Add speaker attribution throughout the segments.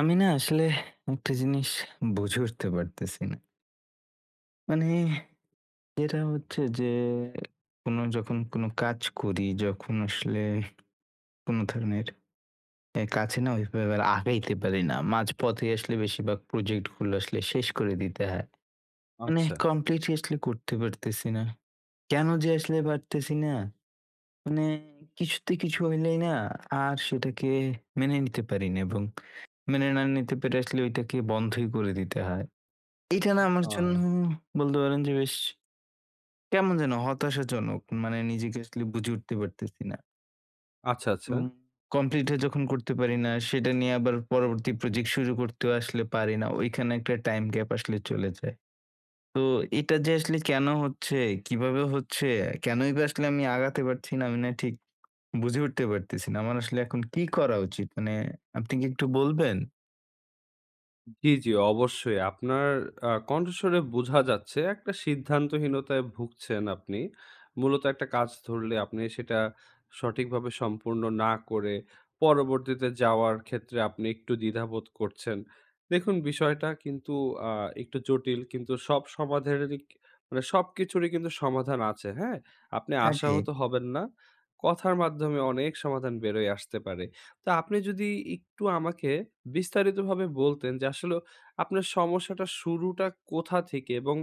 Speaker 1: আমি না আসলে একটা জিনিস বুঝে উঠতে পারতেছি না। মানে যেটা হচ্ছে যে, যখন কোনো কাজ করি, যখন আসলে কোনো ধরনের এ কাজে না ওইভাবে আর আগাইতে পারি না। মাঝপথে আসলে বেশিরভাগ প্রজেক্ট গুলো আসলে শেষ করে দিতে হয়। মানে
Speaker 2: আচ্ছা।
Speaker 1: কমপ্লিটলি আসলে করতে পারতেছি না। কেন যে আসলে পারতেছি না? মানে কিছুতে কিছু হইলেই না আর সেটাকে মেনে নিতে পারি না এবং মেনে না নিতে পেরে আসলে ওইটাকে বন্ধই করে দিতে হয়। এইটা না আমার
Speaker 2: আ
Speaker 1: জন্য বলতে পারেন যে বেশ কেমন যেন হতাশাজনক। মানে নিজেকে আসলে বুঝে উঠতে পারতেছি না।
Speaker 2: আচ্ছা, আচ্ছা।
Speaker 1: এবং কমপ্লিট যখন করতে পারি না সেটা নিয়ে আবার পরবর্তী প্রজেক্ট শুরু করতেও আসলে পারি না। ওইখানে একটা টাইম গ্যাপ আসলে চলে যায়। তো এটা যে আসলে কেন হচ্ছে, কিভাবে হচ্ছে, কেনই বা আসলে আমি আগাতে পারছি না আমি না ঠিক বুঝে উঠতে পারতেছি না। আমার আসলে এখন কি করা উচিত? মানে আপনি কি একটু বলবেন?
Speaker 2: জি, জি অবশ্যই। আপনার কণ্ঠস্বরে বোঝা যাচ্ছে একটা সিদ্ধান্তহীনতায় ভুগছেন আপনি। মূলত একটা কাজ ধরলে আপনি সেটা সঠিকভাবে সম্পূর্ণ না করে পরবর্তীতে যাওয়ার ক্ষেত্রে আপনি একটু দ্বিধাবোধ করছেন। দেখুন বিষয়টা কিন্তু আ একটু জটিল কিন্তু সব সমাধানেরই মানে সবকিছুরই কিন্তু সমাধান আছে, হ্যাঁ? আপনি
Speaker 1: হ্যাঁ, ঠিক
Speaker 2: আশাহত হবেন না। কথার মাধ্যমে অনেক সমাধান বেরোয় আসতে পারে। তা আপনি যদি একটু আমাকে বিস্তারিতভাবে বলতেন যে আসলে আপনার সমস্যাটা শুরুটা কোথা থেকে এবং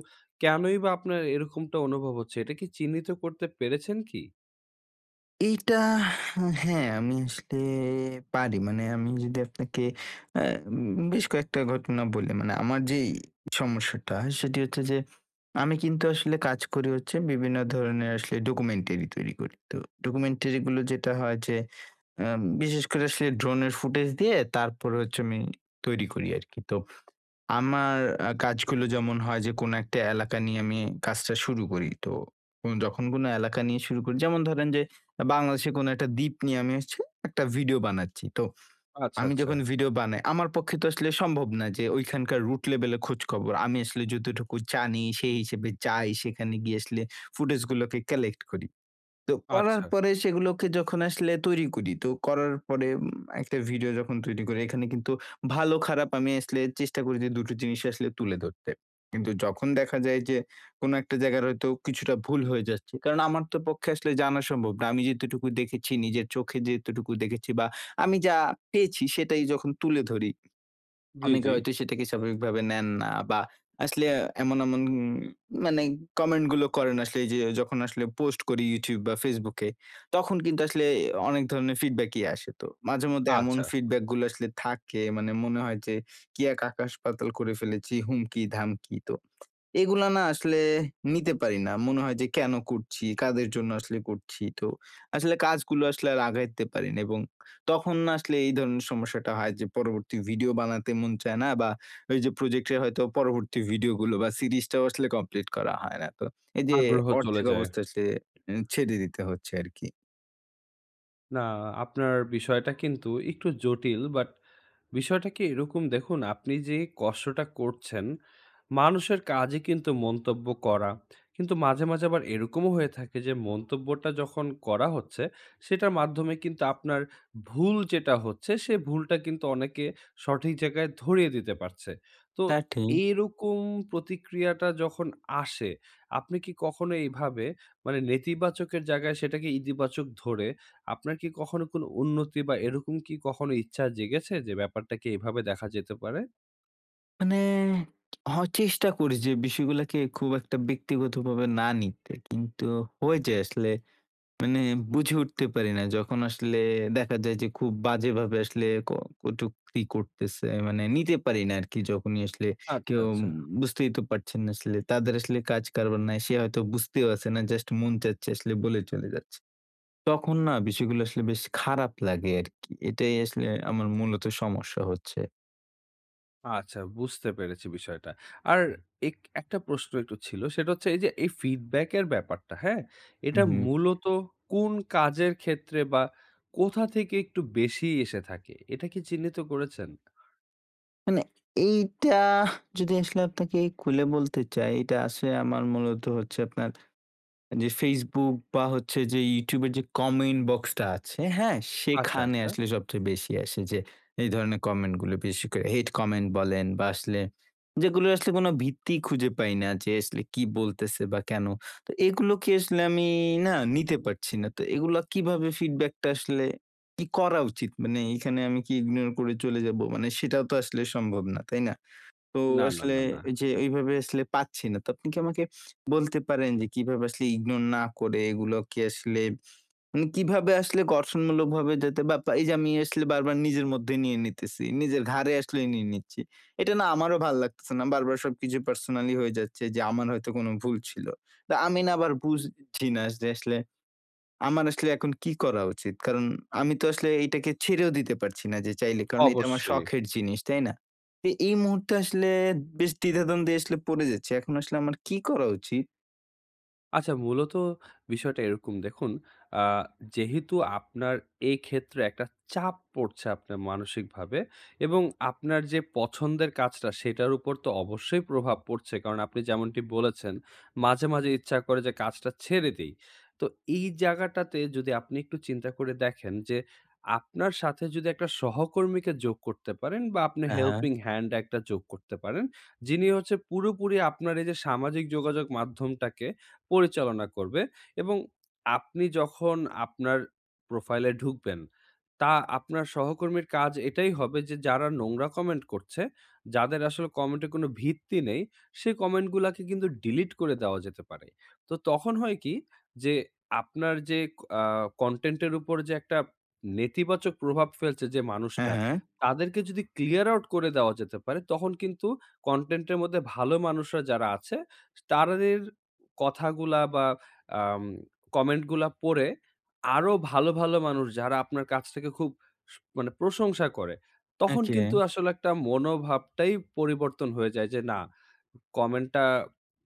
Speaker 2: কেনই বা আপনার এরকমটা অনুভব হচ্ছে? এটা কি চিহ্নিত করতে পেরেছেন কি?
Speaker 1: এইটা হ্যাঁ, আমি আসলে পারি। মানে আমি যদি আপনাকে আ বেশ কয়েকটা ঘটনা বলি। মানে আমার যেই সমস্যাটা সেটি হচ্ছে যে, আমি কিন্তু আসলে কাজ করি হচ্ছে বিভিন্ন ধরনের আসলে ডকুমেন্টারি তৈরি করি। তো ডকুমেন্টারি গুলো যেটা হয় যে, আ বিশেষ করে আসলে ড্রোনের ফুটেজ দিয়ে তারপরে হচ্ছে আমি তৈরি করি আরকি। তো আমার কাজগুলো যেমন হয় যে কোনো একটা এলাকা নিয়ে আমি কাজটা শুরু করি। তো যখন কোনো এলাকা নিয়ে শুরু করি যেমন ধরেন যে বাংলাদেশে কোনো একটা দ্বীপ নিয়ে আমি হচ্ছে একটা ভিডিও বানাচ্ছি। তো
Speaker 2: আচ্ছা,
Speaker 1: আমি
Speaker 2: আচ্ছা,
Speaker 1: যখন ভিডিও বানাই আমার পক্ষে তো আসলে সম্ভব না যে ওইখানকার রুট লেভেলে খোঁজখবর। আমি আসলে যতটুকু জানি সেই হিসেবে যাই সেখানে গিয়ে আসলে ফুটেজগুলোকে কালেক্ট করি। তো করার
Speaker 2: আচ্ছা।
Speaker 1: পরে সেগুলোকে যখন আসলে তৈরি করি, তো করার পরে একটা ভিডিও যখন তৈরি করি, এখানে কিন্তু ভালো খারাপ আমি আসলে চেষ্টা করি যে দুটো জিনিস আসলে তুলে ধরতে। কিন্তু যখন দেখা যায় যে কোনো একটা জায়গার হয়তো কিছুটা ভুল হয়ে যাচ্ছে। কারণ আমার তো পক্ষে আসলে জানা সম্ভব না। আমি যেতটুকু দেখেছি, নিজের চোখে যেতটুকু দেখেছি বা আমি যা পেয়েছি সেটাই যখন তুলে ধরি
Speaker 2: জি,
Speaker 1: অনেকে
Speaker 2: জি।
Speaker 1: হয়তো সেটাকে স্বাভাবিকভাবে নেন না বা আসলে এমন মানে কমেন্ট গুলো করেন আসলে এই যে যখন আসলে পোস্ট করি YouTube বা Facebook এ, তখন কিন্তু আসলে অনেক ধরনের ফিডব্যাকই আসে। তো মাঝেমধ্যে এমন
Speaker 2: আচ্ছা,
Speaker 1: ফিডব্যাক গুলো আসলে থাকে মানে মনে হয় যে কি এক আকাশ পাতাল করে ফেলেছি, হুমকি-ধামকি। তো এগুলা না আসলে নিতে পারি না। মনে হয় যে কেন করছি? কাদের জন্য আসলে করছি? তো আসলে কাজগুলো আসলে আর আগাইতে পারি না এবং তখন না আসলে এই ধরনের সমস্যাটা হয় যে পরবর্তী ভিডিও বানাতে মন চায় না বা ওই যে প্রজেক্টের হয়তো পরবর্তী ভিডিওগুলো বা সিরিজটাও আসলে কমপ্লিট করা হয় না। তো এই যে
Speaker 2: আগ্রহ চলে
Speaker 1: অর্থের
Speaker 2: যায়।
Speaker 1: অবস্থা আসলে এ ছেড়ে দিতে হচ্ছে আরকি।
Speaker 2: না, আপনার বিষয়টা কিন্তু একটু জটিল বাট বিষয়টা কি এরকম দেখুন, আপনি যে কষ্টটা করছেন, মানুষের কাজে কিন্তু মন্তব্য করা। কিন্তু মাঝে, মাঝে আবার এরকমও হয়ে থাকে যে মন্তব্যটা যখন করা হচ্ছে, সেটার মাধ্যমে কিন্তু আপনার ভুল যেটা হচ্ছে, সে ভুলটা কিন্তু অনেকে সঠিক জায়গায় ধরিয়ে দিতে পারছে। তো
Speaker 1: তা ঠিক।
Speaker 2: এইরকম প্রতিক্রিয়াটা যখন আসে, আপনি কি কখনো এইভাবে মানে নেতিবাচকের জায়গায় সেটাকে ইতিবাচক ধরে আপনার কি কখনো কোনো উন্নতি বা এরকম কি কখনো ইচ্ছা জেগেছে যে ব্যাপারটাকে এভাবে দেখা যেতে পারে?
Speaker 1: মানে হ চেষ্টা করি যে বিষয়গুলাকে খুব একটা ব্যক্তিগতভাবে না নিতে। কিন্তু হয়ে যায় আসলে মানে বুঝে উঠতে পারি না। যখন আসলে দেখা যায় যে খুব বাজেভাবে আসলে কটুক্তি করতেছে। মানে নিতে পারি না আরকি। যখনই আসলে
Speaker 2: আচ্ছা,
Speaker 1: কেউ
Speaker 2: আচ্ছা।
Speaker 1: বুঝতেই তো পারছেন না আসলে। তাদের আসলে কাজ কারবার নাই। সে হয়তো বুঝতেও আছে না। জাস্ট মন চাচ্ছে আসলে বলে চলে যাচ্ছে। তখন না বিষয়গুলো আসলে বেশ খারাপ লাগে আরকি। এটাই আসলে আমার মূলত সমস্যা হচ্ছে।
Speaker 2: আচ্ছা বুঝতে পেরেছি বিষয়টা। আর এক একটা প্রশ্ন একটু ছিল। সেটা হচ্ছে এই যে এই feedback এর ব্যাপারটা, হ্যাঁ? এটা
Speaker 1: হুম।
Speaker 2: মূলত কোন কাজের ক্ষেত্রে বা কোথা থেকে একটু বেশি এসে থাকে? এটা কি চিহ্নিত করেছেন?
Speaker 1: মানে এইটা যদি আসলে আপনাকে খুলে বলতে চাই, এটা আসলে আমার মূলত হচ্ছে আপনার যে Facebook বা হচ্ছে যে YouTube এর যে কমেন্ট বক্সটা আছে, হ্যাঁ?
Speaker 2: আচ্ছা,
Speaker 1: সেখানে
Speaker 2: আচ্ছা।
Speaker 1: আসলে সবচেয়ে বেশি আসে যে এই ধরনের কমেন্ট গুলো বেশি করে হেট কমেন্ট বলেন বা আসলে যেগুলো আসলে কোনো ভিত্তি খুঁজে পাই না যে আসলে কি বলতেছে বা কেন? তো এগুলো কি আসলে আমি না নিতে পারছি না। তো এগুলো কিভাবে ফিডব্যাকটা আসলে কি করা উচিত? মানে এখানে আমি কি ইগনোর করে চলে যাবো? মানে সেটাও তো আসলে সম্ভব না, তাই না? তো
Speaker 2: না, না,
Speaker 1: আসলে
Speaker 2: না, না।
Speaker 1: এই যে ওইভাবে আসলে পাচ্ছি না। তো আপনি কি আমাকে বলতে পারেন যে কিভাবে আসলে ইগনোর না করে এগুলোকে আসলে মানে কিভাবে আসলে গঠনমূলকভাবে যাতে বা পা এই যে আমি আসলে বারবার নিজের মধ্যে নিয়ে নিতেছি। নিজের ঘাড়ে আসলে নিয়ে নিচ্ছি। এটা না আমারও ভাল লাগতেছে না। বারবার সবকিছু পার্সোনালি হয়ে যাচ্ছে যে আমার হয়তো কোনো ভুল ছিল। তা আমি না আবার বুঝছি না যে আসলে আমার আসলে এখন কি করা উচিত? কারণ আমি তো আসলে এইটাকে ছেড়েও দিতে পারছি না যে চাইলে। কারণ এটা আমার
Speaker 2: অবশ্যই।
Speaker 1: শখের জিনিস, তাই না? তো এই মুহূর্তে আসলে বেশ দ্বিধাদ্বন্দ্বে আসলে পড়ে যাচ্ছি। এখন আসলে আমার কি করা উচিত?
Speaker 2: আচ্ছা মূলত বিষয়টা এরকম দেখুন, আ যেহেতু আপনার এই ক্ষেত্রে একটা চাপ পড়ছে আপনার মানসিকভাবে এবং আপনার যে পছন্দের কাজটা সেটার উপর তো অবশ্যই প্রভাব পড়ছে। কারণ আপনি যেমনটি বলেছেন, মাঝে, মাঝে ইচ্ছা করে যে কাজটা ছেড়ে দেই। তো এই জায়গাটাতে যদি আপনি একটু চিন্তা করে দেখেন যে আপনার সাথে যদি একটা সহকর্মীকে যোগ করতে পারেন বা আপনি
Speaker 1: হ্যাঁ, হ্যাঁ।
Speaker 2: হেল্পিং হ্যান্ড একটা যোগ করতে পারেন। যিনি হচ্ছে পুরোপুরি আপনার এই যে সামাজিক যোগাযোগ মাধ্যমটাকে পরিচালনা করবে এবং আপনি যখন আপনার প্রোফাইলে ঢুকবেন, তা আপনার সহকর্মীর কাজ এটাই হবে যে যারা নোংরা কমেন্ট করছে, যাদের আসলে কমেন্টে কোনো ভিত্তি নেই, সেই কমেন্টগুলাকে কিন্তু ডিলিট করে দেওয়া যেতে পারে। তো তখন হয় কি যে আপনার যে আ কনটেন্ট এর উপর যে একটা নেতিবাচক প্রভাব ফেলছে যে
Speaker 1: হ্যাঁ,
Speaker 2: মানুষটা,
Speaker 1: হ্যাঁ।
Speaker 2: তাদেরকে যদি ক্লিয়ার আউট করে দেওয়া যেতে পারে, তখন কিন্তু কনটেন্ট এর মধ্যে ভালো মানুষরা যারা আছে, তাদের কথাগুলা বা আম কমেন্ট গুলা পড়ে আরো ভালো, ভালো মানুষ যারা আপনার কাজটাকে খুব মানে প্রশংসা করে, তখন
Speaker 1: ওকে।
Speaker 2: কিন্তু আসলে একটা মনোভাবটাই পরিবর্তন হয়ে যায় যে, না কমেন্টটা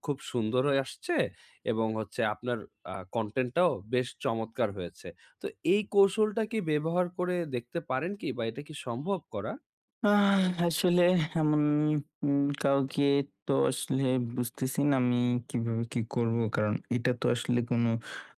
Speaker 2: খুব সুন্দর হয়ে আসছে এবং হচ্ছে আপনার কনটেন্টটাও বেশ চমৎকার হয়েছে। তো এই কৌশলটা কি ব্যবহার করে দেখতে পারেন কি বা এটা কি সম্ভব করা?
Speaker 1: আহ আসলে এমন কাউকে তো আসলে বুঝতেছি না আমি কিভাবে কি করব। কারণ এটা তো আসলে কোনো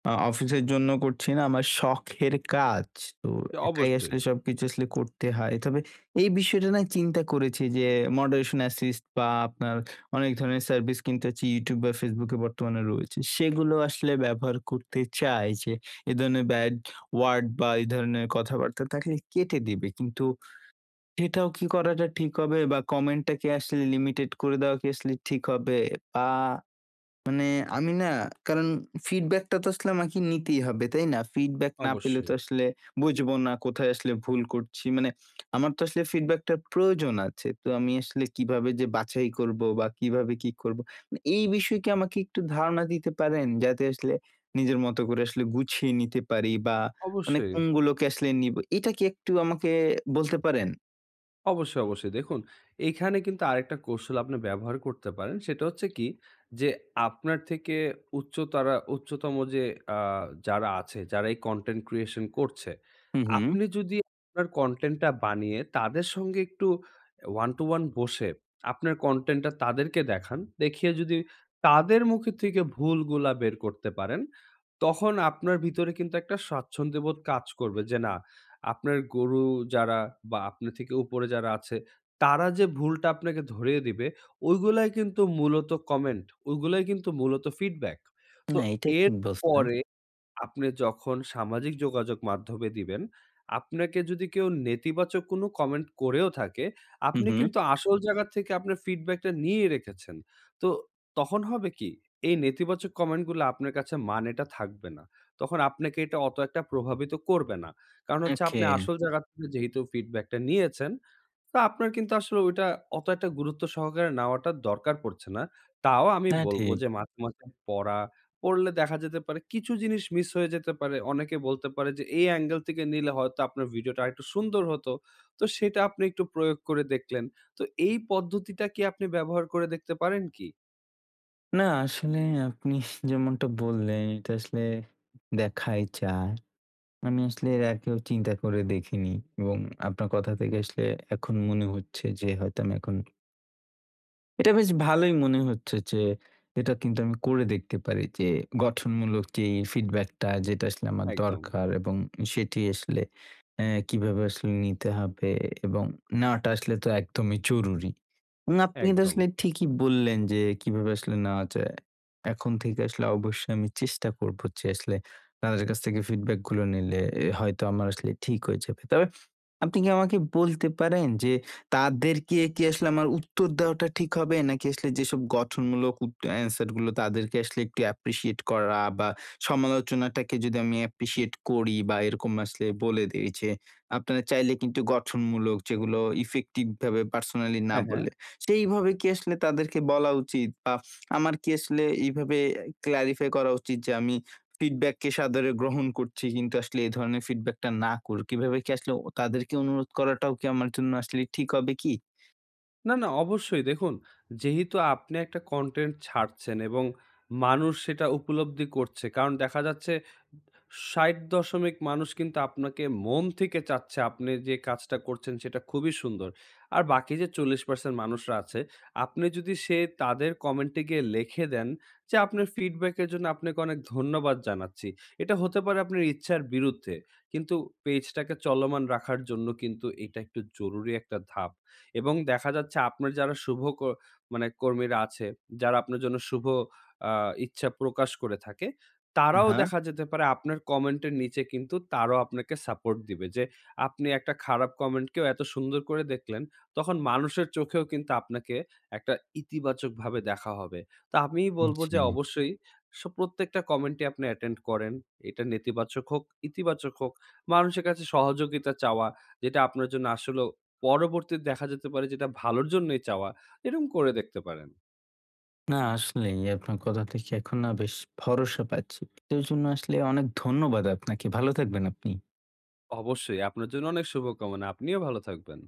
Speaker 1: অফিসের জন্য করছি না। আমার শখের কাজ। তো একাই
Speaker 2: অবশ্যই,
Speaker 1: আসলে সবকিছু আসলে করতে হয়। তবে এই বিষয়টা না চিন্তা করেছি যে মডারেশন অ্যাসিস্ট বা আপনার অনেক ধরনের সার্ভিস কিন্তু হচ্ছে YouTube বা Facebook এ বর্তমানে রয়েছে। সেগুলো আসলে ব্যবহার করতে চাই যে এ ধরনের ব্যাড ওয়ার্ড বা এই ধরনের কথাবার্তা থাকলে কেটে দিবে। কিন্তু এটাও কি করাটা ঠিক হবে বা কমেন্টটা কি আসলে লিমিটেড করে দেওয়া কি আসলে ঠিক হবে? বা মানে আমি না কারণ ফিডব্যাকটা তো আসলে আমাকে নিতেই হবে, তাই না? ফিডব্যাক না পেলে
Speaker 2: অবশ্যই,
Speaker 1: তো আসলে বুঝবো না কোথায় আসলে ভুল করছি। মানে আমার তো আসলে ফিডব্যাকটার প্রয়োজন আছে। তো আমি আসলে কিভাবে যে বাছাই করবো বা কিভাবে কি করবো? মানে এই বিষয়ে কি আমাকে একটু ধারণা দিতে পারেন? যাতে আসলে নিজের মতো করে আসলে গুছিয়ে নিতে পারি বা মানে
Speaker 2: অবশ্যই।
Speaker 1: কোনগুলোকে আসলে নিবো? এটা কি একটু আমাকে বলতে পারেন?
Speaker 2: অবশ্যই, অবশ্যই। দেখুন, এইখানে কিন্তু আরেকটা কৌশল আপনি ব্যবহার করতে পারেন। সেটা হচ্ছে কি যে, আপনার থেকে উচ্চতম যে আ যারা আছে, যারা এই কনটেন্ট ক্রিয়েশন করছে,
Speaker 1: হু, হু।
Speaker 2: আপনি যদি আপনার কনটেন্টটা বানিয়ে তাদের সঙ্গে একটু ওয়ান টু ওয়ান বসে আপনার কনটেন্টটা তাদেরকে দেখান। দেখিয়ে যদি তাদের মুখে থেকে ভুলগুলা বের করতে পারেন, তখন আপনার ভিতরে কিন্তু একটা স্বাচ্ছন্দ্যবোধ কাজ করবে যে, না আপনার গুরু যারা বা আপনার থেকে উপরে যারা আছে, তারা যে ভুলটা আপনাকে ধরিয়ে দিবে, ওইগুলাই কিন্তু মূলত কমেন্ট, ওইগুলাই কিন্তু মূলত ফিডব্যাক। তো
Speaker 1: না, এটা ঠিক বলছেন।
Speaker 2: এরপরে আপনি যখন সামাজিক যোগাযোগ মাধ্যমে দিবেন, আপনাকে যদি কেউ নেতিবাচক কোনো কমেন্ট করেও থাকে,
Speaker 1: হু,
Speaker 2: আপনি
Speaker 1: হু।
Speaker 2: কিন্তু আসল জায়গা থেকে আপনার ফিডব্যাকটা নিয়ে রেখেছেন। তো তখন হবে কি? এই নেতিবাচক কমেন্টগুলো আপনার কাছে মানেটা থাকবে না। তখন আপনাকে এটা অত একটা প্রভাবিত করবে না। কারণ হচ্ছে আপনি
Speaker 1: ওকে।
Speaker 2: আসল জায়গা থেকে যেহেতু ফিডব্যাকটা নিয়েছেন তো আপনার কিন্তু আসলে ওইটা অত একটা গুরুত্ব সহকারে নেওয়াটা দরকার পড়ছে না। তাও আমি
Speaker 1: হ্যাঁ,
Speaker 2: বলবো
Speaker 1: ঠিক।
Speaker 2: যে মাঝে, মাঝে পড়া, পড়লে দেখা যেতে পারে কিছু জিনিস মিস হয়ে যেতে পারে। অনেকে বলতে পারে যে এই অ্যাঙ্গেল থেকে নিলে হয়তো আপনার ভিডিওটা আরেকটু সুন্দর হতো। তো সেটা আপনি একটু প্রয়োগ করে দেখলেন। তো এই পদ্ধতিটা কি আপনি ব্যবহার করে দেখতে পারেন কি?
Speaker 1: না আসলে আপনি যেমনটা বললেন এটা আসলে দেখাই যায়। আমি আসলে এর আগেও চিন্তা করে দেখিনি এবং আপনার কথা থেকে আসলে এখন মনে হচ্ছে যে হয়তো আমি এখন এটা বেশ ভালোই মনে হচ্ছে যে এটা কিন্তু আমি করে দেখতে পারি যে গঠনমূলক যেই ফিডব্যাকটা যেটা আসলে আমার
Speaker 2: একদম,
Speaker 1: দরকার এবং সেটি আসলে কিভাবে আসলে নিতে হবে এবং নেওয়াটা আসলে তো একদমই জরুরি। না, আপনি কিন্তু
Speaker 2: একদম।
Speaker 1: আসলে ঠিকই বললেন যে কিভাবে আসলে নেওয়া যায়। এখন থেকে আসলে অবশ্যই আমি চেষ্টা করব যে আসলে তাদের কাছ থেকে ফিডব্যাক গুলো নিলে এ হয়তো আমার আসলে ঠিক হয়ে যাবে। তবে আপনি কি আমাকে বলতে পারেন যে তাদেরকে কি আসলে আমার উত্তর দেওয়াটা ঠিক হবে? নাকি আসলে যেসব গঠনমূলক অ্যান্সার গুলো তাদেরকে আসলে একটু অ্যাপ্রিশিয়েট করা বা সমালোচনাটাকে যদি আমি অ্যাপ্রিশিয়েট করি বা এরকম আসলে বলে দেই যে আপনারা চাইলে কিন্তু গঠনমূলক যেগুলো ইফেক্টিভ ভাবে পার্সোনালি না
Speaker 2: হ্যাঁ, হ্যাঁ।
Speaker 1: বলে সেইভাবে কি আসলে তাদেরকে বলা উচিত? বা আমার কি আসলে এইভাবে ক্লারিফাই করা উচিত যে আমি ফিডব্যাককে সাদরে গ্রহণ করছি কিন্তু আসলে এই ধরনের ফিডব্যাকটা না করুক। এভাবে কি আসলে তাদেরকে অনুরোধ করাটাও কি আমার জন্য আসলে ঠিক হবে কি?
Speaker 2: না, না অবশ্যই দেখুন, যেহেতু আপনি একটা কনটেন্ট ছাড়ছেন এবং মানুষ সেটা উপলব্ধি করছে। কারণ দেখা যাচ্ছে ৬০ দশমিক মানুষ কিন্তু আপনাকে মন থেকে চাচ্ছে আপনি যে কাজটা করছেন সেটা খুবই সুন্দর। আর বাকি যে ৪০% মানুষরা আছে, আপনি যদি সে তাদের কমেন্টে গিয়ে লিখে দেন যে, "আপনার ফিডব্যাকের জন্য আপনাকে অনেক ধন্যবাদ জানাচ্ছি।" এটা হতে পারে আপনার ইচ্ছার বিরুদ্ধে। কিন্তু পেজটাকে চলমান রাখার জন্য কিন্তু এটা একটু জরুরি একটা ধাপ। এবং দেখা যাচ্ছে আপনার যারা শুভ মানে কর্মীরা আছে, যারা আপনার জন্য শুভ আ ইচ্ছা প্রকাশ করে থাকে, তারাও
Speaker 1: হ্যাঁ,
Speaker 2: দেখা যেতে পারে আপনার কমেন্টের নিচে কিন্তু তারাও আপনাকে সাপোর্ট দিবে যে আপনি একটা খারাপ কমেন্টকেও এত সুন্দর করে দেখলেন, তখন মানুষের চোখেও কিন্তু আপনাকে একটা ইতিবাচকভাবে দেখা হবে। তো আমি বলব যে
Speaker 1: জি।
Speaker 2: অবশ্যই প্রত্যেকটা কমেন্টই আপনি অ্যাটেন্ড করেন। এটা নেতিবাচক হোক, ইতিবাচক হোক, মানুষের কাছে সহযোগিতা চাওয়া যেটা আপনার জন্য আসলেও পরবর্তীতে দেখা যেতে পারে যেটা ভালোর জন্যই চাওয়া, এরকম করে দেখতে পারেন।
Speaker 1: না আসলেই আপনার কথা থেকে এখন না বেশ ভরসা পাচ্ছি। এর জন্য আসলে অনেক ধন্যবাদ আপনাকে। ভালো থাকবেন আপনি।
Speaker 2: অবশ্যই আপনার জন্য অনেক শুভকামনা। আপনিও ভালো থাকবেন।